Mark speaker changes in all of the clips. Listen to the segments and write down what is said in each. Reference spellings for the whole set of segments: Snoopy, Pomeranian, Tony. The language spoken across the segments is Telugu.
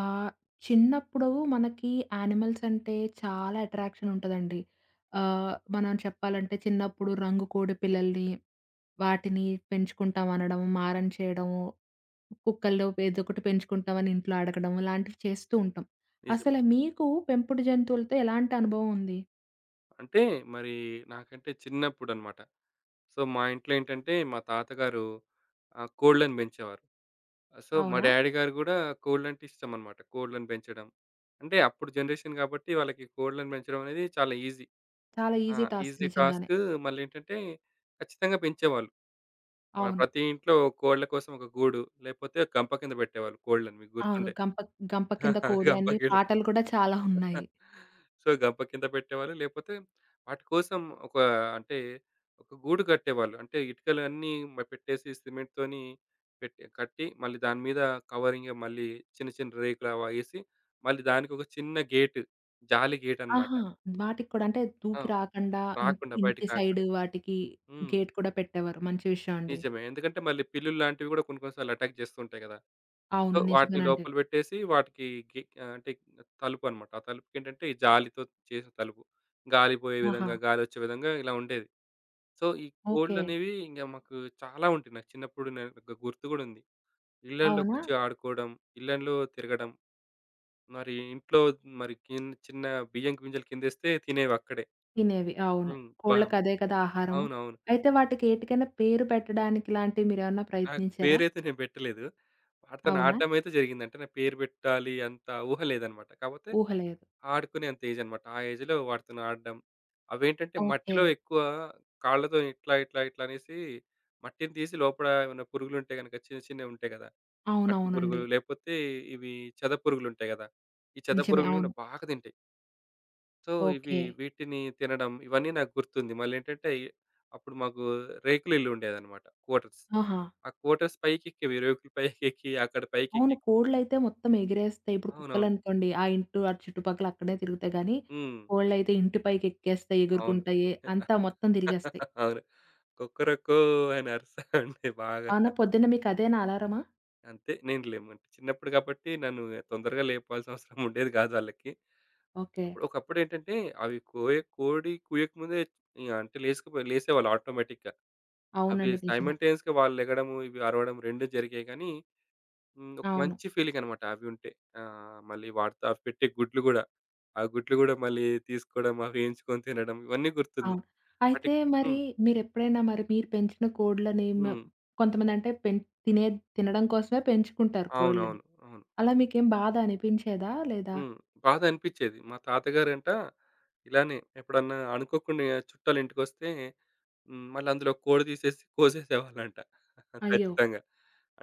Speaker 1: ఆహ్, చిన్నప్పుడు మనకి యానిమల్స్ అంటే చాలా అట్రాక్షన్ ఉంటదండి. మనం చెప్పాలంటే చిన్నప్పుడు రంగు కోడి పిల్లల్ని, వాటిని పెంచుకుంటాం అనడం, మారం చేయడం, కుక్కల్లో ఏదో ఒకటి పెంచుకుంటామని ఇంట్లో అడగడం ఇలాంటివి చేస్తూ ఉంటాం.
Speaker 2: నిజమే.
Speaker 1: అసలు మీకు పెంపుడు జంతువులతో ఎలాంటి అనుభవం ఉంది?
Speaker 2: అంటే మరి నాకంటే చిన్నప్పుడన్నమాట. సో, మా ఇంట్లో ఏంటంటే మా తాతగారు కోళ్ళని పెంచేవారు. సో, మా
Speaker 1: అవునా?
Speaker 2: డ్యాడీ గారు గూడా కోళ్ళంటే ఇష్టమన్నమాట. కోళ్ళని పెంచడం. అంటే అప్పుడు జనరేషన్ గాబట్టి వాళ్ళకి కోళ్ళని పెంచడం అనేది చాలా ఈజీ.
Speaker 1: చాలా
Speaker 2: ఆ,
Speaker 1: ఈజీ టాస్క్
Speaker 2: ఈజీ
Speaker 1: నిజంగానే.
Speaker 2: టాస్క్. మళ్ళేంటంటే ఖచ్చితంగా పెంచేవాళ్ళు.
Speaker 1: అవును.
Speaker 2: ప్రతి ఇంట్లో కోళ్ళ కోసం ఒక గూడు, లేకపోతే గంప కింద పెట్టేవాళ్ళు కోళ్ళని, మీకు
Speaker 1: అవును.
Speaker 2: గుర్తుండే.
Speaker 1: గంప గంప కింద కోడి
Speaker 2: గంప.
Speaker 1: అని పాటలు కూడా చాలా ఉన్నాయి.
Speaker 2: సో, గంప కింద పెట్టేవాళ్ళు. లేపోతే వాటి కోసం ఒక అంటే ఒక గూడు కట్టేవాళ్ళు. అంటే ఇటుకలన్నీ పెట్టేసి సిమెంట్‌తోని పెట్టి కట్టి, మళ్ళీ దాని మీద కవరింగ్, మళ్ళీ చిన్న చిన్న రేకులు అవేసి, మళ్ళీ దానికొక చిన్న గేటు, జాలి గేటన్నమాట.
Speaker 1: ఆహా! వాటికి కూడా అంటే
Speaker 2: ఆ,
Speaker 1: దూకి రాకుండా
Speaker 2: రాకుండా,
Speaker 1: ఇంటి
Speaker 2: బయటికి రాకుండా.
Speaker 1: సైడ్ వాటికి
Speaker 2: హ్మ్.
Speaker 1: గేట్ కూడా పెట్టేవారు. మంచి విషయం అండి.
Speaker 2: నిజమే. ఎందుకంటే మళ్ళీ పిల్లుల్లాంటివి గూడా కొన్ని కొన్ని సార్లు అటాక్ చేస్తూ ఉంటాయి గదా! సో,
Speaker 1: అవును.
Speaker 2: వాటిని
Speaker 1: నిజమేనండి.
Speaker 2: లోపల పెట్టేసి వాటికి అంటే తలుపనమాట. ఆ తలుపుకేంటంటే ఈ జాలితో చేసిన తలుపు. గాలి పోయే
Speaker 1: ఆహా!
Speaker 2: విధంగా, గాలొచ్చే విధంగా ఇలా ఉండేది. సో, ఈ
Speaker 1: ఓకే.
Speaker 2: కోడ్లనేవి ఇంగ మాకు చాలా ఉంటయి. నాకు చిన్నప్పుడు నేను ఒక గుర్తు గూడా ఉంది.
Speaker 1: అవునా?
Speaker 2: ఇళ్ళలోకొచ్చి ఆడుకోవడం, ఇళ్ళలో తిరగడం, మరి ఇంట్లో మరి కిన్ చిన్న బియ్యం గింజలు కిందేస్తే తినేవక్కడే.
Speaker 1: తినేవి. అవును.
Speaker 2: హ్మ్. బా
Speaker 1: కోళ్ళకి అదే కదా ఆహారము.
Speaker 2: అవునవును.
Speaker 1: అయితే వాటికి ఏటికైనా పేరు పెట్టడానికి లాంటివి మీరేమన్నా
Speaker 2: నాకు
Speaker 1: ప్రయత్నించారా?
Speaker 2: పేరైతే నేను పెట్టలేదు. వాటితోని
Speaker 1: అవునా?
Speaker 2: ఆడడం అయితే జరిగింది. అంటే నా పేరు పెట్టాలి అంత ఊహ లేదనమాట. కాపోతే
Speaker 1: ఊహ లేదు.
Speaker 2: ఆడుకునేంత ఏజనమాట. ఆ ఏజ్‌లో వాటితోని ఆడడం. అవేంటంటే
Speaker 1: ఓకే.
Speaker 2: మట్టిలో ఎక్కువ కాళ్ళతో ఇట్లా, ఇట్లా, ఇట్లా అనేసి మట్టిని తీసి లోపల ఏమైనా పురుగులుంటే గనక, చిన్న చిన్నవుంటాయి గదా, మట్టి పురుగులు,
Speaker 1: అవునవునండి.
Speaker 2: లేపోతే ఇవి చెద పురుగులుంటాయి గదా! ఈ చెద
Speaker 1: నిజమే.
Speaker 2: పురుగులు గూడా
Speaker 1: అవును.
Speaker 2: బాగా తింటాయి. సో, ఇవి,
Speaker 1: ఓకే.
Speaker 2: వీటిని తినడం ఇవన్నీ నాకు గుర్తుంది. మళ్ళేంటంటే అప్పుడు మాకు రేకుల ఇల్లు ఉండేదనమాట, క్వార్టర్స్.
Speaker 1: ఆహా!
Speaker 2: ఆ క్వార్టర్స్ పైకెక్కేవి, రేకుల పైకెక్కి అక్కడ
Speaker 1: అవును.
Speaker 2: పైకెక్కి.
Speaker 1: కోడ్లయితే మొత్తం ఎగిరేస్తాయి. ఇప్పుడు
Speaker 2: అవునవును.
Speaker 1: కుక్కలనుకోండి, ఆ ఇంటు అటు చుట్టుపక్కల అక్కడే తిరుగుతాయి గానీ,
Speaker 2: హ్మ్.
Speaker 1: కోళ్ళయితే ఇంటి పైకెక్కేస్తాయి,
Speaker 2: అవును.
Speaker 1: ఎగురుకుంటాయి. అంతా మొత్తం తిరిగేస్తాయి.
Speaker 2: అవును. 'కొక్కొరకో' అని అరుస్తా ఉండే బాగా.
Speaker 1: అవునా? పొద్దున్న మీకదేనా అలారమా?
Speaker 2: అంతే, నేను లేము అంటే చిన్నప్పుడు కాబట్టి నన్ను తొందరగా లేపాల్సిన అవసరం ఉండేది కాదు వాళ్ళకి.
Speaker 1: ఓకే.
Speaker 2: అప్పుడు ఒకప్పుడు ఏంటంటే అవి కోడి కూయకముందే ఇగ అంటే లేసుకపో లేసేవాళ్ళు ఆటోమేటిక్‌గా. అవి
Speaker 1: అవునండి. నిజమే.
Speaker 2: సైమల్టేనియస్‌గా వాళ్ళు లెగడము, ఇవి అరవడం 2 జరిగాయి, కానీ హ్మ్, ఒక
Speaker 1: అవును.
Speaker 2: మంచి ఫీలింగ్ అనమాట అవి ఉంటే. మళ్ళీ వాటితో అవి పెట్టే గుడ్లు గూడా, ఆ గుడ్లు గూడా మళ్ళీ తీసుకోవడం, అవి వేయించుకొని తినడం ఇవన్నీ గుర్తుంది.
Speaker 1: అవును. అయితే
Speaker 2: వాటికి హ్మ్.
Speaker 1: మరి మీరెప్పుడైనా మరి మీరు పెంచిన కోడ్లని
Speaker 2: హ్మ్.
Speaker 1: కొంతమందంటే తినే తినడం కోసమే పెంచుకుంటారు కోళ్ళని.
Speaker 2: అవునవును. అవును. అవును.
Speaker 1: అలా మీకేం బాధ అనిపించేదా? లేదా?
Speaker 2: హ్మ్. బాధ అనిపిచ్చేది. మా తాతగారంట ఇలానే ఎప్పుడన్నా అనుకోకుండా చుట్టాలు ఇంటికొస్తే హ్మ్, మళ్ళీ అందులో కోడి తీసేసి కోసేసేవాళ్ళంట.
Speaker 1: అయ్యో!
Speaker 2: ఖచ్చితంగా.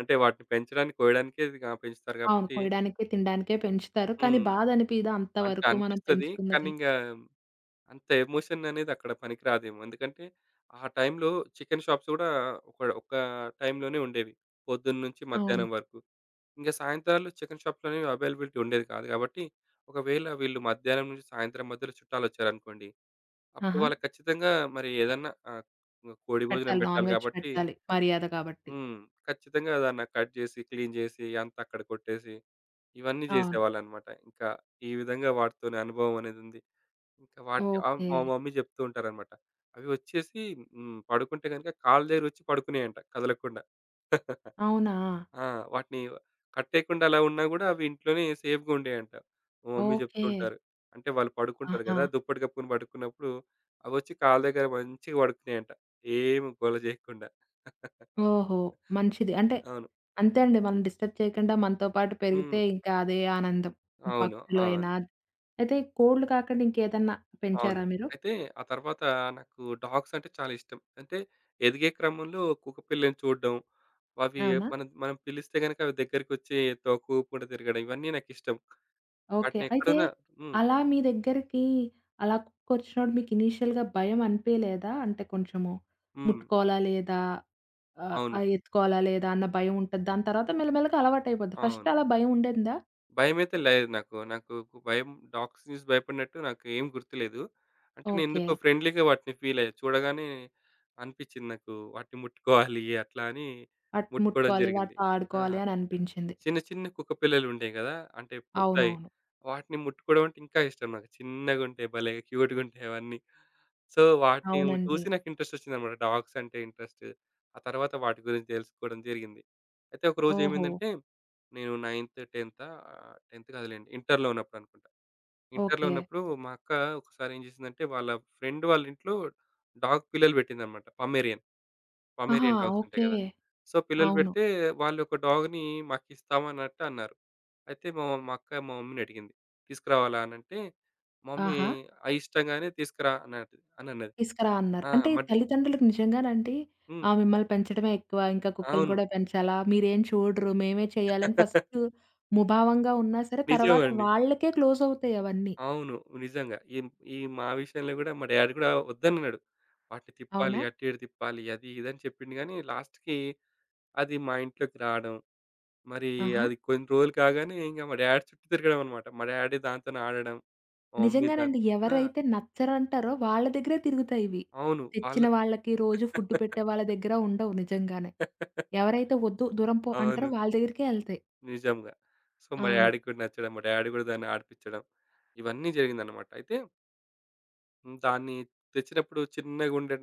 Speaker 2: అంటే వాటిని పెంచడానికి, కోయడానికే ఇదిగా పెంచుతారు
Speaker 1: అవును.
Speaker 2: కాబట్టి.
Speaker 1: కోయడానికే, తినడానికే పెంచుతారు. కానీ
Speaker 2: హ్మ్.
Speaker 1: బాధనిపియదా
Speaker 2: అంటే
Speaker 1: అంతవరకు మనం
Speaker 2: అనిపిస్తది. కానీ
Speaker 1: పెంచుకున్నది?
Speaker 2: ఇంగా అంత ఎమోషన్ అనేది అక్కడ పనికి రాదేమో. ఎందుకంటే ఆ టైంలో చికెన్ షాప్స్ గూడా ఒక ఒక టైంలోనే ఉండేవి. పొద్దున్నుంచి
Speaker 1: అవును.
Speaker 2: మధ్యాహ్నం వరకు. ఇంక సాయంత్రాలు చికెన్ షాప్‌లోనే అవైలబిలిటీ ఉండేది కాదు కాబట్టి, ఒకవేళ వీళ్ళు మధ్యాహ్నం నుంచి సాయంత్రం మధ్యలో చుట్టాలొచ్చారనుకోండి, అప్పుడు
Speaker 1: ఆహా!
Speaker 2: వాళ్ళకి ఖచ్చితంగా మరి ఏదన్నా కోడి భోజనం
Speaker 1: పెట్టాలి. నాన్
Speaker 2: పెట్టాలి
Speaker 1: వెజ్
Speaker 2: కాబట్టి,
Speaker 1: పెట్టాలి. మర్యాద కాబట్టి.
Speaker 2: హ్మ్, ఖచ్చితంగా దాన్ని కట్ చేసి, క్లీన్ చేసి, అంతా అక్కడ కొట్టేసి, ఇవన్నీ
Speaker 1: అవును.
Speaker 2: చేసేవాళ్ళనమాట. ఇంకా ఈ విధంగా వాటితోని అనుభవం అనేదుంది. ఇంకా వాటి,
Speaker 1: ఓకే.
Speaker 2: మా మమ్మీ చెప్తూ ఉంటారనమాట. అవి వచ్చేసి హ్మ్, పడుకుంటే గనుక కాళ్ళు దగ్గరకొచ్చి పడుకునేయంట కదలకుండా.
Speaker 1: అవునా?
Speaker 2: ఆ, వాటిని కట్టేయకుండా అలా ఉన్నా గూడా అవి ఇంట్లోనే సేఫ్‌గా ఉండేయంట. మా మమ్మీ జెప్తూ
Speaker 1: ఓకే.
Speaker 2: ఉంటారు. అంటే వాళ్ళు పడుకుంటారు
Speaker 1: ఆహా!
Speaker 2: గదా! దుప్పటి కప్పుకొని పడుకున్నప్పుడు అవొచ్చి కాళ్ళ దగ్గర మంచిగా పడుకునేయంట, ఏమి గోల జేయకుండా.
Speaker 1: ఓహో! మంచిది. అంటే
Speaker 2: అవును.
Speaker 1: అంతే అండి. మనం డిస్టర్బ్ చేయకుండా మనతో పాటు
Speaker 2: హ్మ్.
Speaker 1: పెరిగితే ఇంకా అదే ఆనందం.
Speaker 2: అవును. అవును.
Speaker 1: పక్షులైనా అయితే కోళ్ళు కాకుండా ఇంకేదన్నా
Speaker 2: అవును.
Speaker 1: పెంచారా మీరు?
Speaker 2: అయితే ఆ తర్వాత నాకు డాగ్స్ అంటే చాలా ఇష్టం. అంటే ఎదిగే క్రమంలో కుక్క పిల్లని చూడడం, అవి
Speaker 1: అవునా?
Speaker 2: మనం మనం పిలిస్తే గనక అవి దగ్గరికొచ్చి తోక ఊపకుండా తిరగడం ఇవన్నీ నాకిష్టం.
Speaker 1: ఓకే.
Speaker 2: వాటిని
Speaker 1: అయితే
Speaker 2: ఎక్కడున్నా హ్మ్.
Speaker 1: అలా మీ దగ్గరికి అలా కుక్కొచ్చినప్పుడు మీకు ఇనీషియల్‌గా భయం అనిపియలేదా? అంటే కొంచెము
Speaker 2: హ్మ్.
Speaker 1: ముట్టుకోవాలా లేదా? ఆహ్, ఆ!
Speaker 2: అవును.
Speaker 1: ఎత్తుకోవాలా లేదా అన్న భయం ఉంటది. దాని తర్వాత మెల్లమెల్లగా అలవాటయిపోద్ది. ఫస్ట్
Speaker 2: అవును.
Speaker 1: అలా భయం ఉండిందా?
Speaker 2: భయమైతే లేదు నాకు. నాకు ఒక భయం, డాగ్స్ చూసి భయపడినట్టు నాకు ఏం గుర్తులేదు. అంటే నేను
Speaker 1: ఓకే.
Speaker 2: ఎందుకో ఫ్రెండ్లీగా వాటిని ఫీల్ అయ్యా. చూడగానే అనిపించింది నాకు వాటిని ముట్టుకోవాలి అట్లా అని,
Speaker 1: అటు
Speaker 2: ముట్టుకోవడం
Speaker 1: ముట్టుకోవాలి,
Speaker 2: జరిగింది.
Speaker 1: వాటితో
Speaker 2: ఆ,
Speaker 1: ఆడుకోవాలి అని అనిపించింది.
Speaker 2: చిన్న చిన్న కుక్క పిల్లలు ఉంటాయి కదా! అంటే పుడతాయి.
Speaker 1: అవునవును.
Speaker 2: వాటిని ముట్టుకోవడం అంటే ఇంకా ఇష్టం నాకు. చిన్నగుంటాయి, భలే క్యూట్‌గా ఉంటాయి అవన్నీ. సో, వాటిని
Speaker 1: అవునండి.
Speaker 2: చూసి నాకు ఇంట్రెస్ట్ వచ్చిందనమాట. డాగ్స్ అంటే ఇంట్రెస్ట్. ఆ తర్వాత వాటి గురించి తెలుసుకోవడం జరిగింది. అయితే ఒకరోజు
Speaker 1: ఓహో!
Speaker 2: ఏమైందంటే నేను 10థ్ కాదులెండి. ఇంటర్‌లో ఉన్నప్పుడు అనుకుంటా. ఇంటర్‌లో
Speaker 1: ఓకే.
Speaker 2: ఉన్నప్పుడు మా అక్క ఒకసారి ఏం చేసిందంటే, వాళ్ళ ఫ్రెండ్ వాళ్ళ ఇంట్లో డాగ్ పిల్లలు పెట్టిందనమాట. పమేరియన్.
Speaker 1: ఆహా!
Speaker 2: పమేరియన్ డాగ్స్ ఉంటాయి
Speaker 1: ఓకే.
Speaker 2: కదా! సో, పిల్లలు
Speaker 1: అవును.
Speaker 2: పెడితే వాళ్ళు ఒక డాగ్‌ని మాకిస్తామన్నట్టు అన్నారు. అయితే మా మా అక్క మా మమ్మీని అడిగింది. తీసుకురావాలా అనంటే, మమ్మీ
Speaker 1: ఆహా!
Speaker 2: ఆ, ఇష్టంగానే తీసుకురా అన్నట్టు అని అనన్నది.
Speaker 1: తీసుకురా అన్నారు.
Speaker 2: ఆ!
Speaker 1: అంటే
Speaker 2: మడ్
Speaker 1: తల్లిదండ్రులకు నిజంగానండి
Speaker 2: హ్మ్.
Speaker 1: ఆ! మిమ్మల్ని పెంచడమే ఎక్కువ. ఇంకా కుక్కల్ని
Speaker 2: అవును.
Speaker 1: కూడా పెంచాలా? మీరేం చూడరు, మేమే చేయాలని ఫస్ట్ ముభావంగా ఉన్నా సరే తర్వాత
Speaker 2: నిజమండి.
Speaker 1: వాళ్ళకే క్లోజ్ అవుతాయి అవన్నీ.
Speaker 2: అవును. నిజంగా. ఈ ఈ మా విషయంలో గూడా మా డ్యాడీ గూడా వద్దన్నాడు. వాటిని తిప్పాలి,
Speaker 1: అవునా?
Speaker 2: అటు ఇటు తిప్పాలి, అది ఇది అని చెప్పిండు గానీ, లాస్ట్‌కి అది మా ఇంట్లోకి రావడం, మరి
Speaker 1: ఆహా!
Speaker 2: అది కొన్ని రోజులు కాగానే ఇంక మా డ్యాడీ చుట్టూ తిరగడం అన్నమాట. మా డ్యాడీ దాంతోనే ఆడడం. ఓహ్! మీరు దాన్
Speaker 1: నిజంగానండి.
Speaker 2: ఆ!
Speaker 1: ఎవరైతే నచ్చరంటారో వాళ్ళ దగ్గరే తిరుగుతాయివి.
Speaker 2: అవును. వాళ్ళు,
Speaker 1: తెచ్చిన వాళ్ళకి, రోజు ఫుడ్ పెట్టే వాళ్ళ దగ్గర ఉండవు నిజంగానే. ఎవరైతే వద్దు దూరం పో అంటారో
Speaker 2: అవును.
Speaker 1: వాళ్ళ దగ్గరికే ఎళ్తాయి.
Speaker 2: నిజంగా. సో, మా
Speaker 1: అవును.
Speaker 2: డ్యాడీకి కూడా నచ్చడం. మా డ్యాడీ కూడా దాన్ని ఆడిపిచ్చడం. ఇవన్నీ జరిగిందనమాట. అయితే హ్మ్, దాన్ని తెచ్చినప్పుడు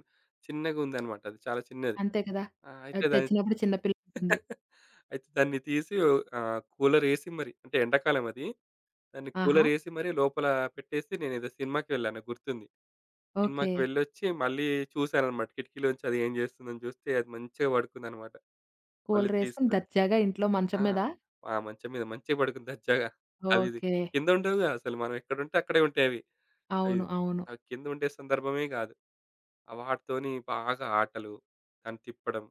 Speaker 2: చిన్నగుందనమాట. అది చాలా చిన్నది.
Speaker 1: అంతే కదా!
Speaker 2: ఆ, అయితే దాన్ని,
Speaker 1: తెచ్చినప్పుడు చిన్న పిల్ల ఉంటుంది.
Speaker 2: అయితే దాన్ని తీసి కూలరేసి, మరి అంటే ఎండాకాలం అది. దాన్ని
Speaker 1: ఆహా!
Speaker 2: కూలరేసి మరి లోపల పెట్టేసి నేనేదో సినిమాకి వెళ్ళాను. నాకు గుర్తుంది.
Speaker 1: ఓకే.
Speaker 2: సినిమాకి వెళ్ళొచ్చి మళ్ళీ చూసాననమాట. కిటికీలోంచి అది ఏం చేస్తుందని చూస్తే అది మంచిగా పడుకుందనమాట. మళ్ళీ
Speaker 1: కూలర్ ఏసుకొని
Speaker 2: తీసుకొ
Speaker 1: దర్జాగా ఇంట్లో
Speaker 2: ఆ!
Speaker 1: మంచం మీద
Speaker 2: ఆ మంచం మీద మంచిగా పడుకుంది దర్జాగా. అవి ఇది
Speaker 1: ఓకే.
Speaker 2: కింద ఉండవుగా అసలు. మనం ఎక్కడుంటే అక్కడే ఉంటాయి అవి. అయి
Speaker 1: అవును. అవును.
Speaker 2: అవి కింద ఉండే సందర్భమే కాదు. ఆ వాటితోని బాగా ఆటలు, దాన్ని తిప్పడం,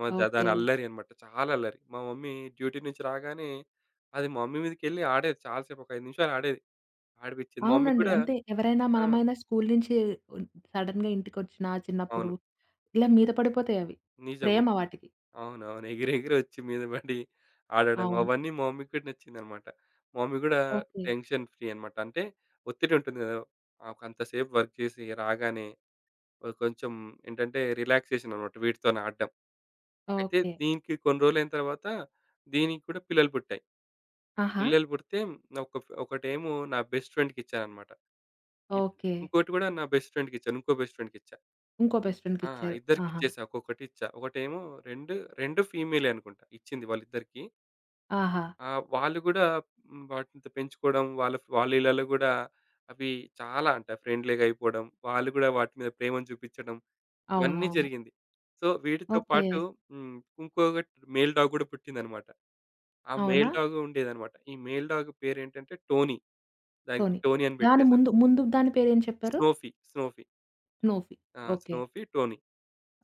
Speaker 2: మ ద
Speaker 1: ఓకే.
Speaker 2: దాని అల్లరి అన్నమాట. చాలా అల్లరి. మా మమ్మీ డ్యూటీ నుంచి రాగానే అది మా మమ్మీ మీదకెళ్ళి ఆడేది చాలా సేపు. ఒక 5 నిమిషాలు ఆడేది. ఆడిపిచ్చేది. మా మమ్మీ
Speaker 1: అవునండి.
Speaker 2: కూడా
Speaker 1: అంతే. ఎవరైనా
Speaker 2: ఆ!
Speaker 1: మనమైనా స్కూలు నుంచి ఉన్ సడెన్‌గా ఇంటికొచ్చినా చిన్నప్పుడు
Speaker 2: అవును.
Speaker 1: ఇలా మీద పడిపోతాయవి.
Speaker 2: నిజం.
Speaker 1: ప్రేమ వాటికి.
Speaker 2: అవునవును. ఎగిరి ఎగిరి వచ్చి మీద పడి ఆడడం
Speaker 1: అవును.
Speaker 2: అవన్నీ మా మమ్మీకి కూడా నచ్చిందనమాట. మా మమ్మీ కూడా
Speaker 1: ఓకే.
Speaker 2: టెన్షన్ ఫ్రీ అనమాట. అంటే ఒత్తిడి ఉంటుంది కదా! కొంతసేపు వర్క్ చేసి రాగానే కొంచెం ఏంటంటే రిలాక్సేషన్ అనమాట వీటితోని ఆడడం. అయితే
Speaker 1: ఓకే.
Speaker 2: దీనికి కొన్ని రోజులైన తర్వాత దీనికి కూడా పిల్లలు పుట్టాయి.
Speaker 1: ఆహా!
Speaker 2: పిల్లలు పుడితే నా ఒక ఒకటేమో నా బెస్ట్ ఫ్రెండ్‌కి ఇచ్చాననమాట. ఇ
Speaker 1: ఓకే.
Speaker 2: ఇంకోటి కూడా నా బెస్ట్ ఫ్రెండ్‌కి ఇచ్చాను. ఇంకో బెస్ట్ ఫ్రెండ్‌కి ఇచ్చా.
Speaker 1: ఇంకో బెస్ట్
Speaker 2: ఆ,
Speaker 1: ఫ్రెండ్‌కిచ్చారు. ఆహా!
Speaker 2: ఇద్దరికిచ్చేసా. ఒక్కొక్కటి ఇచ్చా. 2, 2 ఫీమేలే అనుకుంటా ఇచ్చింది వాళ్ళిద్దరికీ.
Speaker 1: ఆహా!
Speaker 2: ఆ, వాళ్ళు గూడా హ్మ్, వాటిని పెంచుకోవడం, వాళ్ళ వాళ్ళ ఇళ్ళలో గూడా అవి చాలా అంట ఫ్రెండ్లీగా అయిపోవడం, వాళ్ళు గూడా వాటి మీద ప్రేమను చూపించడం ఇవన్నీ
Speaker 1: అవునవును.
Speaker 2: జరిగింది. సో, వీటితో
Speaker 1: ఓకే.
Speaker 2: పాటు హ్మ్, ఇంకొక మేల్ డాగ్ గూడా పుట్టిందనమాట. ఆ
Speaker 1: అవునా?
Speaker 2: మేల్ డాగ్ ఉండేదనమాట. ఈ మేల్ డాగ్ పేరేంటంటే టోనీ. దానికి
Speaker 1: టోనీ.
Speaker 2: టోనీ అని
Speaker 1: దాని
Speaker 2: పెట్టేసాం.
Speaker 1: ముందు, ముందు దాని పేరేం చెప్పారు?
Speaker 2: స్నోఫీ.
Speaker 1: స్నోఫీ.
Speaker 2: ఆ,
Speaker 1: ఓకే.
Speaker 2: స్నోఫీ, టోనీ.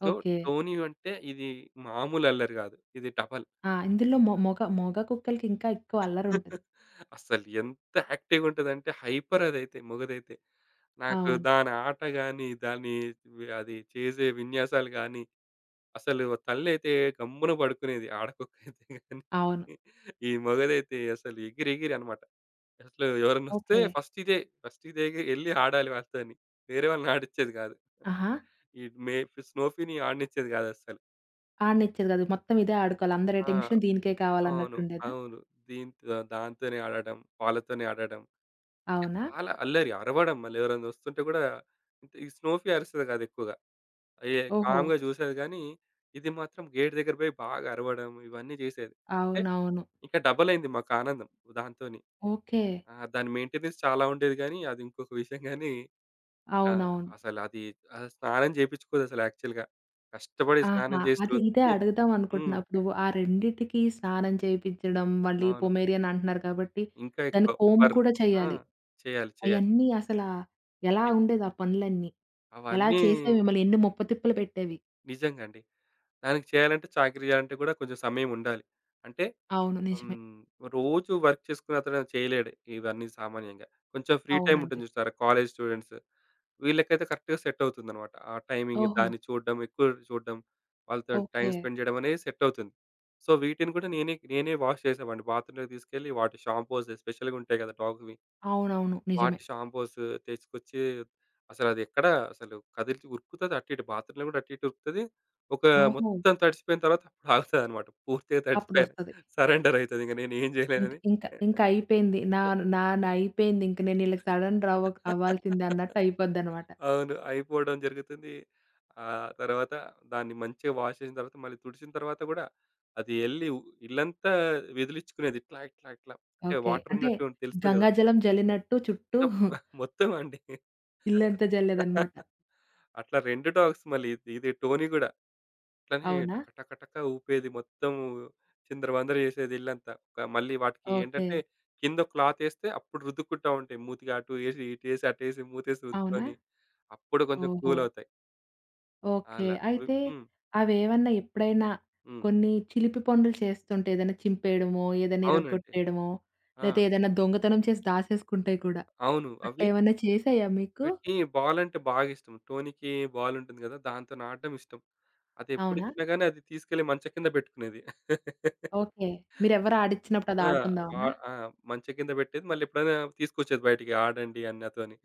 Speaker 2: So,
Speaker 1: okay.
Speaker 2: టోనీ అంటే ఇది మామూలు అల్లరి గాదు. ఇది డబల్.
Speaker 1: ఆ! ఇందులో మొగ మొగ కుక్కలకి ఇంకా ఎక్కువ అల్లరుంటది.
Speaker 2: అసలు ఎంత యాక్టివ్‌గా ఉంటదంటే, హైపర్ అదైతే, మొగదైతే. నాకు
Speaker 1: అవును.
Speaker 2: దాని ఆట గాని, దాన్ని, అది చేసే విన్యాసాలు గాని, అసలు తల్లయితే గమ్మున పడుకునేది, ఆడకుక్కయితే గాని.
Speaker 1: అవును.
Speaker 2: ఈ మొగదైతే అసలు ఎగిరెగిరి అన్నమాట. అసలు ఎవరన్నొస్తే
Speaker 1: ఓకే.
Speaker 2: ఫస్ట్ ఇదే. ఫస్ట్ ఇదే ఎళ్లి ఆడాలి వాళ్ళతోని. వేరే వాళ్ళని ఆడిచ్చేది కాదు.
Speaker 1: ఆహా!
Speaker 2: ఈ మే స్నోఫీని ఆడనిచ్చేది కాదస్సలు.
Speaker 1: ఆడనిచ్చేది కాదు. మొత్తం ఇదే ఆడుకోవాలి. అందరి
Speaker 2: ఆ,
Speaker 1: అటెన్షన్ దీనికే
Speaker 2: అవును.
Speaker 1: కావాలన్నట్టుండేదా?
Speaker 2: అవును. దాంతోనే ఆడడం, వాళ్ళతోనే ఆడడం. ఇంకా
Speaker 1: అవునా?
Speaker 2: చాలా అల్లరి, అరవడం మళ్ళీ ఎవరైనా వస్తుంటే కూడా, ఈ స్నోఫీ అరుస్తది కాదు ఎక్కువగా. ఏ
Speaker 1: ఓహో!
Speaker 2: కామ్‌గా చూసేది గానీ, ఇది మాత్రం గేట్ దగ్గర పోయి బాగా అరవడం ఇవన్నీ చేసేది. అంటే
Speaker 1: అవునవును.
Speaker 2: ఇంకా డబుల్ అయింది మాకు ఆనందం దాంతోని.
Speaker 1: ఓకే.
Speaker 2: దాని మెయింటెనెన్స్ చాలా ఉండేది గానీ, అది ఇంకొక విషయం గానీ. ఆ,
Speaker 1: అవునవును.
Speaker 2: అసలు అది స్నానం చేపించుకోదసలు యాక్చువల్‌గా. కష్టపడి స్నానం
Speaker 1: ఆహా!
Speaker 2: చేసి
Speaker 1: అదే ఇదే
Speaker 2: రుద్దితే
Speaker 1: అడుగుదాం అనుకుంటున్నా.
Speaker 2: హ్మ్.
Speaker 1: ఇప్పుడు ఆ రెండిటికి స్నానం చేపించడం, మళ్ళీ
Speaker 2: అవును.
Speaker 1: పొమేరియన్ అంటున్నారు కాబట్టి,
Speaker 2: ఇంకా
Speaker 1: దాన్ని
Speaker 2: ఎక్కువ
Speaker 1: కోంబ్
Speaker 2: ఫర్
Speaker 1: కూడా
Speaker 2: ఆ!
Speaker 1: చేయాలి.
Speaker 2: చేయాలి. చేయాలి.
Speaker 1: అయన్నీ అసలా ఎలా ఉండేది ఆ పనులన్నీ? ఎలా
Speaker 2: అవన్నీ
Speaker 1: చేసేవి మిమ్మల్ని? ఎన్ని ముప్పతిప్పలు పెట్టేవి?
Speaker 2: నిజంగా అండి. దానికి చేయాలంటే, చాకిరీ చేయాలంటే కూడా కొంచెం సమయం ఉండాలి. అంటే
Speaker 1: అవును. నిజమే.
Speaker 2: హ్మ్, రోజు వర్క్ చేసుకునతను చేయలేడు ఇవన్నీ సామాన్యంగా. కొంచెం ఫ్రీ టైమ్
Speaker 1: అవునండి.
Speaker 2: ఉంటుంది చూసారా కాలేజ్ స్టూడెంట్స్. వీళ్ళకైతే కరెక్ట్‌గా సెట్ అవుతుందన్నమాట. ఆ టైమింగ్
Speaker 1: ఓహో!
Speaker 2: దాన్ని చూడడం, ఎక్కువ చూడడం, వాళ్ళతోని
Speaker 1: ఓకే.
Speaker 2: టైమ్ స్పెండ్ చేయడం అనేది సెట్ అవుతుంది. సో, వీటిని కూడా నేనే నేనే వాష్ చేసేవాడిని. బాత్రూమ్‌లోకి తీసుకెళ్ళి, వాటి షాంపూస్ ఎస్పెషల్‌గా ఉంటాయి కదా, డాగ్‌వి.
Speaker 1: అవునవును. నిజమే.
Speaker 2: వాటి షాంపూస్ తెచ్చుకొచ్చి, అసలదెక్కడ అసలు కదిలిచి ఉరుకుతది అటు ఇటు, బాత్రూమ్‌లో గూడా అటు ఇటు ఉరుకుతది. ఒక
Speaker 1: ఓహో!
Speaker 2: మొత్తం తడిచిపోయిన తర్వాత అప్పుడు ఆగుతదనమాట. పూర్తిగా తడిచిపోయాను.
Speaker 1: అప్పుడొస్తది.
Speaker 2: సరెండర్ అయితది. ఇంక నేనేం
Speaker 1: ఇంక
Speaker 2: జేయలేనని.
Speaker 1: ఇంక ఇంకయిపోయింది. నా నా నయిపోయింది. ఇంక నేను ఈళ్ళకి సడన్ రవ్వ అవ్వాల్సిందే అన్నట్టు అయిపోద్దనమాట.
Speaker 2: అవును. అయిపోవడం జరుగుతుంది. తర్వాత దాన్ని మంచిగా వాష్ చేసిన తర్వాత, మళ్ళీ తుడిచిన తర్వాత గూడా అది ఎళ్లి ఉ ఇల్లంతా విదిలించుకునేది. ఇట్లా, ఇట్లా, ఇట్లా, అంటే
Speaker 1: ఓకే.
Speaker 2: వాటర్
Speaker 1: అంటే
Speaker 2: ఉన్నట్టు తెలుస్తది గదా!
Speaker 1: గంగాజలం జల్లినట్టు చుట్టూ
Speaker 2: మొత్తం అండి.
Speaker 1: ఇల్లంతా జల్లేదనమాట.
Speaker 2: అట్లా 2 డాగ్స్, మళ్ళీ ఇది ఇది టోనీ గూడా. అట్లనే
Speaker 1: అవునా?
Speaker 2: టక టక టక ఊపేది, మొత్తం చిందరవందర చేసేది ఇల్లంతా. మళ్ళీ వాటికి
Speaker 1: ఓకే.
Speaker 2: ఏంటంటే కింద క్లాతేస్తే అప్పుడు రుద్దుకుంటా ఉంటాయి. మూతికి అటు ఏసి, ఇటేసి, అటేసి, మూతేసి
Speaker 1: అవునా?
Speaker 2: రుద్దుకొని అప్పుడు కొంచెం
Speaker 1: ఓహో!
Speaker 2: కూలవుతాయి.
Speaker 1: ఓకే.
Speaker 2: అలా. రు
Speaker 1: అయితే
Speaker 2: హ్మ్.
Speaker 1: అవేవన్నా ఎప్పుడైనా
Speaker 2: హ్మ్.
Speaker 1: కొన్ని చిలిపి పనులు చేస్తుంటే ఏదైనా చింపేయడమో, ఏదైనా
Speaker 2: అవునండి.
Speaker 1: ఇరగ్గొట్టేయడమో,
Speaker 2: ఆ,
Speaker 1: లేతే ఏదైనా దొంగతనం చేసి దాసేసుకుంటాయి కూడా.
Speaker 2: అవును.
Speaker 1: అట్లా ఏమన్నా చేసాయా మీకు?
Speaker 2: వీటికి బాలంటే బాగా ఇష్టం. టోనీకి బాల్ ఉంటుంది కదా! దాంతోని ఆడడం ఇష్టం.
Speaker 1: అవునా?
Speaker 2: అదెప్పుడిచ్చినా గాని అది తీసుకెళ్ళి మంచం కింద పెట్టుకునేది.
Speaker 1: ఓకే. మీరెవ్వరు ఆడిచ్చినప్పుడు అది
Speaker 2: ఆ!
Speaker 1: ఆడుకుందామనా?
Speaker 2: ఆహ్, ఆ! మంచం కింద పెట్టేది. మళ్ళీ ఎప్పుడైనా తీసుకొచ్చేది బయటికి, ఆడండి అని నాతోని.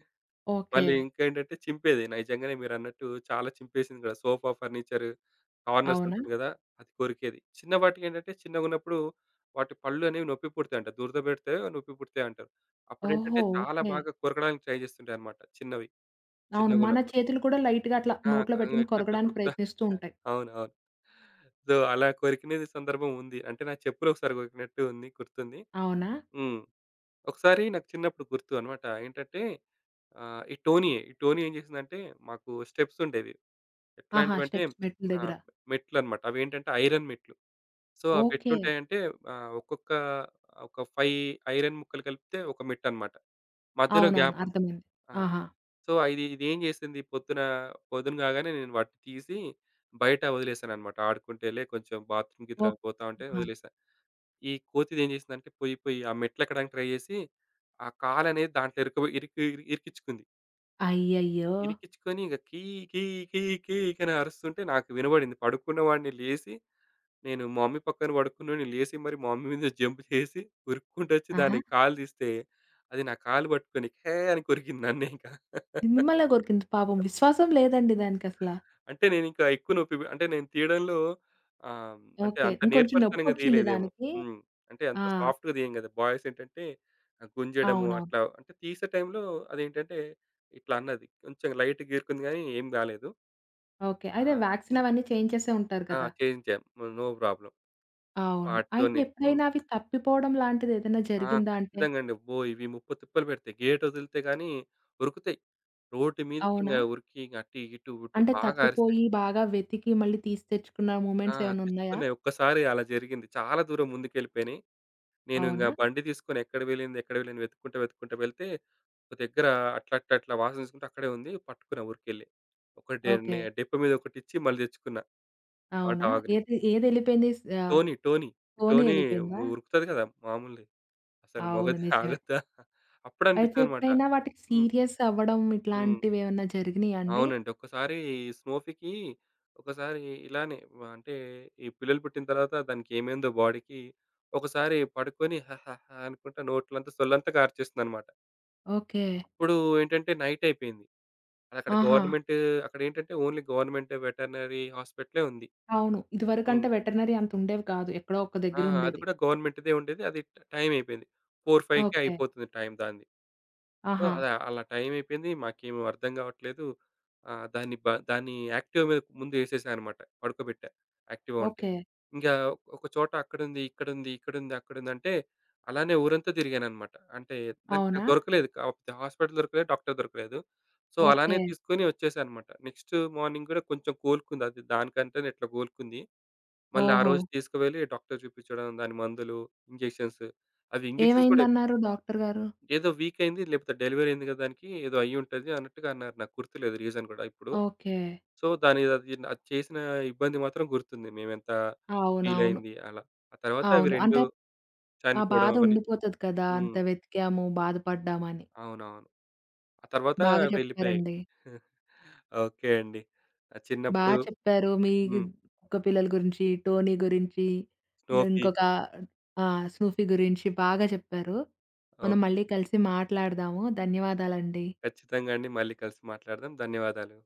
Speaker 1: ఓకే.
Speaker 2: మళ్ళీ ఇంకేంటంటే చింపేది. నిజంగానే మీరన్నట్టు చాలా చింపేసింది గూడా. సోఫా, ఫర్నిచర్, కార్నర్స్
Speaker 1: అవునా?
Speaker 2: ఉంటుంది గదా, అది కొరికేది. చిన్న వాటికేంటంటే చిన్నగున్నప్పుడు వాటి పళ్ళు అనేవి నొప్పి పుడతాయంట. దురద పెడితే నొప్పి పుడతాయంటారు. అప్పుడేంటంటే
Speaker 1: ఓహో!
Speaker 2: చాలా
Speaker 1: ఓకే.
Speaker 2: బాగా కొరకడానికి ట్రై చేస్తుంటాయన్నమాట చిన్నవి.
Speaker 1: అవును. మన
Speaker 2: చిన్నగున్నప్పుడు.
Speaker 1: చేతులు కూడా లైట్‌గా అట్లా
Speaker 2: ఆ!
Speaker 1: నోట్లో పెట్టుకొని
Speaker 2: ఇట్లిట్లా
Speaker 1: కొరకడానికి
Speaker 2: కొరుకుతా,
Speaker 1: ప్రయత్నిస్తూ ఉంటాయి.
Speaker 2: అవునవును. సో, అలా కొరికినది సందర్భం ఉంది. అంటే నా చెప్పులు ఒకసారి కొరికినట్టు ఉంది గుర్తుంది.
Speaker 1: అవునా?
Speaker 2: హ్మ్. ఒకసారి నాకు చిన్నప్పుడు గుర్తు అన్నమాట. ఏంటంటే ఈ టోనీయే. ఈ టోనీ ఏం చేసిందంటే మాకు స్టెప్స్ ఉండేవి.
Speaker 1: ఆహా!
Speaker 2: ఎట్లాంటివంటే
Speaker 1: స్టెప్స్ మెట్ల దగ్గర.
Speaker 2: ఆహ్, మెట్లన్నమాట. అవేంటంటే ఐరన్ మెట్లు. సో, అవి
Speaker 1: ఓకే.
Speaker 2: ఎట్లుంటాయంటే ఆహ్, ఒక్కొక్క ఒక 5 ఐరన్ ముక్కలు కలిపితే ఒక మెట్టన్నమాట. మధ్యలో
Speaker 1: అవునవును.
Speaker 2: గ్యాప్ ఉంటుంది.
Speaker 1: అర్థమైంది.
Speaker 2: ఆ.
Speaker 1: ఆహా!
Speaker 2: సో, ఇదేం చేసింది పొద్దున, పొద్దున కాగానే నేను వాటిని తీసి బయట వదిలేసానన్నమాట. ఆడుకుంటేలే, కొంచెం బాత్రూమ్ గిత్ర
Speaker 1: ఓహ్!
Speaker 2: పోతా ఉంటే
Speaker 1: ఆ!
Speaker 2: వదిలేసా. ఈ కోతిది ఏం చేసిందంటే పోయి, పోయి ఆ మెట్లెక్కడానికి ట్రై చేసి, ఆ కాలనేది దాంట్లో ఇరుక ఇరికి ఇరికిచ్చుకుంది.
Speaker 1: అయ్యయ్యో!
Speaker 2: ఇరికిచ్చుకొని, ఇక కీ కీ కీ కీ కని అరుస్తుంటే నాకు వినబడింది. పడుకున్న వాడిని లేసి, నేను మా మమ్మీ పక్కన పడుకున్నోడిని లేసి, మరి మా మమ్మీ మీద జంప్ చేసి ఉరుక్కుంటొచ్చి
Speaker 1: ఆహా!
Speaker 2: దాని కాలు తీస్తే అది నా కాలు పట్టుకొని హే! అని కొరికింది నన్నే ఇంకా.
Speaker 1: మిమ్మల్నే కొరికింది పాపం. విశ్వాసం లేదండి దానికసల.
Speaker 2: అంటే నేనింకా ఎక్కువ నొప్పి పె అంటే నేను తీయడంలో ఆహ్, అంటే
Speaker 1: ఓకే.
Speaker 2: అంత
Speaker 1: ఇంకొంచెం
Speaker 2: నేర్పరితనంగా
Speaker 1: నొప్పొచ్చింది
Speaker 2: తీయలేదేమో.
Speaker 1: దానికి.
Speaker 2: హ్మ్. అంటే
Speaker 1: ఆ!
Speaker 2: అంత సాఫ్ట్‌గా తీయం కదా బాయ్స్. ఏంటంటే గుంజడము
Speaker 1: అవునవును.
Speaker 2: అట్లా, అంటే తీసే టైంలో అదేంటంటే ఇట్లా అన్నది. కొంచెం లైట్‌గా గీరుకుంది గానీ ఏం కాలేదు.
Speaker 1: ఓకే.
Speaker 2: ఆ!
Speaker 1: అయితే వ్యాక్సిన్
Speaker 2: హ్మ్.
Speaker 1: అవన్నీ చేయించేసే ఉంటారు
Speaker 2: ఆ,
Speaker 1: కదా!
Speaker 2: చేయించాం. No problem.
Speaker 1: అవును. అయితే
Speaker 2: వాటితోనే హ్మ్.
Speaker 1: ఎప్పుడైనా అవి తప్పిపోవడం లాంటిది ఏదైనా
Speaker 2: ఆ,
Speaker 1: జరిగిందా అంటే?
Speaker 2: ఖచ్చితంగా అండి. అబ్బో! ఇవి ముప్పు తిప్పలు పెడతాయి. గేట్ వదిలితే గాని ఉరుకుతాయి. రోడ్డు మీదకి ఇంగ
Speaker 1: అవునా?
Speaker 2: ఉరికి ఇంగ అటు, ఇటు, ఉటు
Speaker 1: అంటే
Speaker 2: బాగా అరుస్తాయి.
Speaker 1: తప్పిపోయి బాగా వెతికి మళ్ళీ తీసి తెచ్చుకున్న
Speaker 2: ఆ,
Speaker 1: మూమెంట్స్ ఏమైనా ఉన్నాయా?
Speaker 2: తెచ్చుకున్నాయి. ఒక్కసారి అలా జరిగింది. చాలా దూరం ముందుకెళ్ళిపోయినాయి. నేను ఇంగ
Speaker 1: అవునా?
Speaker 2: బండి తీసుకొని ఎక్కడ వెళ్ళింది, ఎక్కడ వెళ్ళింది వెతుక్కుంటా, వెతుక్కుంటా వెళ్తే ఒక దగ్గర అట్లా, అట్లా, అట్లా వాసన చూసుకుంటే అక్కడే ఉంది. పట్టుకున్నా ఉరికెళ్ళి. ఒకటి నే
Speaker 1: ఓకే.
Speaker 2: డెప్ప మీద ఒకటిచ్చి మళ్ళీ తెచ్చుకున్నా ఆ
Speaker 1: అవునా?
Speaker 2: డాగ్‌ని.
Speaker 1: ఏది ఏదెళ్ళిపోయింది?
Speaker 2: టోనీ, టోనీ,
Speaker 1: ఫోనే
Speaker 2: టోనీ
Speaker 1: ఎళ్ళిపోయిందా?
Speaker 2: ఉరుకుతది కదా! మామూలే. అసలు
Speaker 1: అవును.
Speaker 2: మొగతి
Speaker 1: నిజమే.
Speaker 2: ఆగద్దా?
Speaker 1: అయితే
Speaker 2: అప్పుడనిపిచ్చిందనమాట.
Speaker 1: ఎప్పుడైనా వాటికి
Speaker 2: హ్మ్.
Speaker 1: సీరియస్ అవ్వడం
Speaker 2: హ్మ్.
Speaker 1: ఇట్లాంటివేమన్నా జరిగినియా అండి?
Speaker 2: అవునండి. ఒక్కసారి స్నోఫీకి ఒకసారి ఇలానే అంటే ఈ పిల్లలు పుట్టిన తర్వాత దానికేమైందో బాడీకి, ఒకసారి పడుకొని హహహా! అనుకుంటా నోట్లంతా సొల్లంతా గార్చేసిందనమాట.
Speaker 1: ఓకే.
Speaker 2: అప్పుడు ఏంటంటే నైటయిపోయింది. అదక్కడ
Speaker 1: ఆహా!
Speaker 2: గవర్నమెంట్ అక్కడేంటంటే ఓన్లీ గవర్నమెంట్ వెటర్నరీ హాస్పిటలే ఉంది.
Speaker 1: అవును.
Speaker 2: హ్మ్.
Speaker 1: ఇదివరకంటే వెటర్నరీ అంతుండేవి కాదు. ఎక్కడో ఒక్క
Speaker 2: ఆ,
Speaker 1: దగ్గర
Speaker 2: అది
Speaker 1: ఉండేది.
Speaker 2: కూడా గవర్నమెంట్‌దే ఉండేది. అది టైమయిపోయింది. 4, 5కే
Speaker 1: ఓకే.
Speaker 2: అయిపోతుంది టైం దాంది. సో,
Speaker 1: ఆహా!
Speaker 2: అలా అలా టైం అయిపోయింది. మాకేమి అర్థం కావట్లేదు. దాన్ని దాన్ని యాక్టివా మీద ముందు ఏసేసా అనమాట. పడుకోబెట్టా యాక్టివా ఉంటే.
Speaker 1: ఓకే.
Speaker 2: ఇంగా ఒక ఒక చోట అక్కడుంది, ఇక్కడుంది, ఇక్కడుంది, అక్కడుంది అంటే అలానే ఊరంతా తిరిగాననమాట. అంటే దానికి నాకు
Speaker 1: అవునా?
Speaker 2: దొరకలేదు. కాపోతే హాస్పిటల్ దొరకలేదు. డాక్టర్ దొరకలేదు. సో, అలానే
Speaker 1: ఓకే.
Speaker 2: తీసుకొని వచ్చేసా అనమాట. నెక్స్ట్ మార్నింగ్ కూడా కొంచెం కోలుకుంది. అది దానికంటేనే ఇట్లా కోలుకుంది. మళ్ళీ ఆ
Speaker 1: ఓహో!
Speaker 2: రోజు తీసుకువెళ్ళి డాక్టర్ చూపించడం, దాని మందులు, ఇంజెక్షన్స్, అవి ఇంజెక్షన్స్ కూడా
Speaker 1: ఏమైందన్నారు డాక్టర్ గారు?
Speaker 2: ఏదో వీక్ అయింది. లేపోతే డెలివరీ అయింది గదా, దానికి ఏదో అయ్యుంటది అన్నట్టుగా అన్నారు. నాకు గుర్తులేదు రీజన్ గూడా ఇప్పుడు.
Speaker 1: ఓకే.
Speaker 2: సో, అది చేసిన ఇబ్బంది మాత్రం గుర్తుంది. మేమెంత
Speaker 1: అవునవును.
Speaker 2: ఫీలయింది అలా. ఆ తర్వాత అవి
Speaker 1: అవును.
Speaker 2: 2
Speaker 1: అంటే ఆ
Speaker 2: చనిపోవడం
Speaker 1: బాధ
Speaker 2: అవన్నీ
Speaker 1: ఉండిపోతది కదా! అంత
Speaker 2: హ్మ్,
Speaker 1: వెతికాము, బాధపడ్డామని.
Speaker 2: అవునవును. ఆ తర్వాత
Speaker 1: బాగా
Speaker 2: అవి వెళ్ళిపోయాయి.
Speaker 1: చెప్పారండి.
Speaker 2: ఓకే అండి. ఆ
Speaker 1: బా
Speaker 2: చిన్నప్పుడు
Speaker 1: చెప్పారు. మీ
Speaker 2: హ్మ్.
Speaker 1: కుక్క పిల్లల గురించి, టోనీ గురించి, ద-
Speaker 2: స్నోఫీ
Speaker 1: ఇంకొక ఆ! స్నూఫీ గురించి బాగా చెప్పారు. మనం
Speaker 2: ఓహ్!
Speaker 1: మళ్ళీ కలిసి మాట్లాడదాము. ధన్యవాదాలండి.
Speaker 2: ఖచ్చితంగా అండి. మళ్ళీ కలిసి మాట్లాడదాం. ధన్యవాదాలు.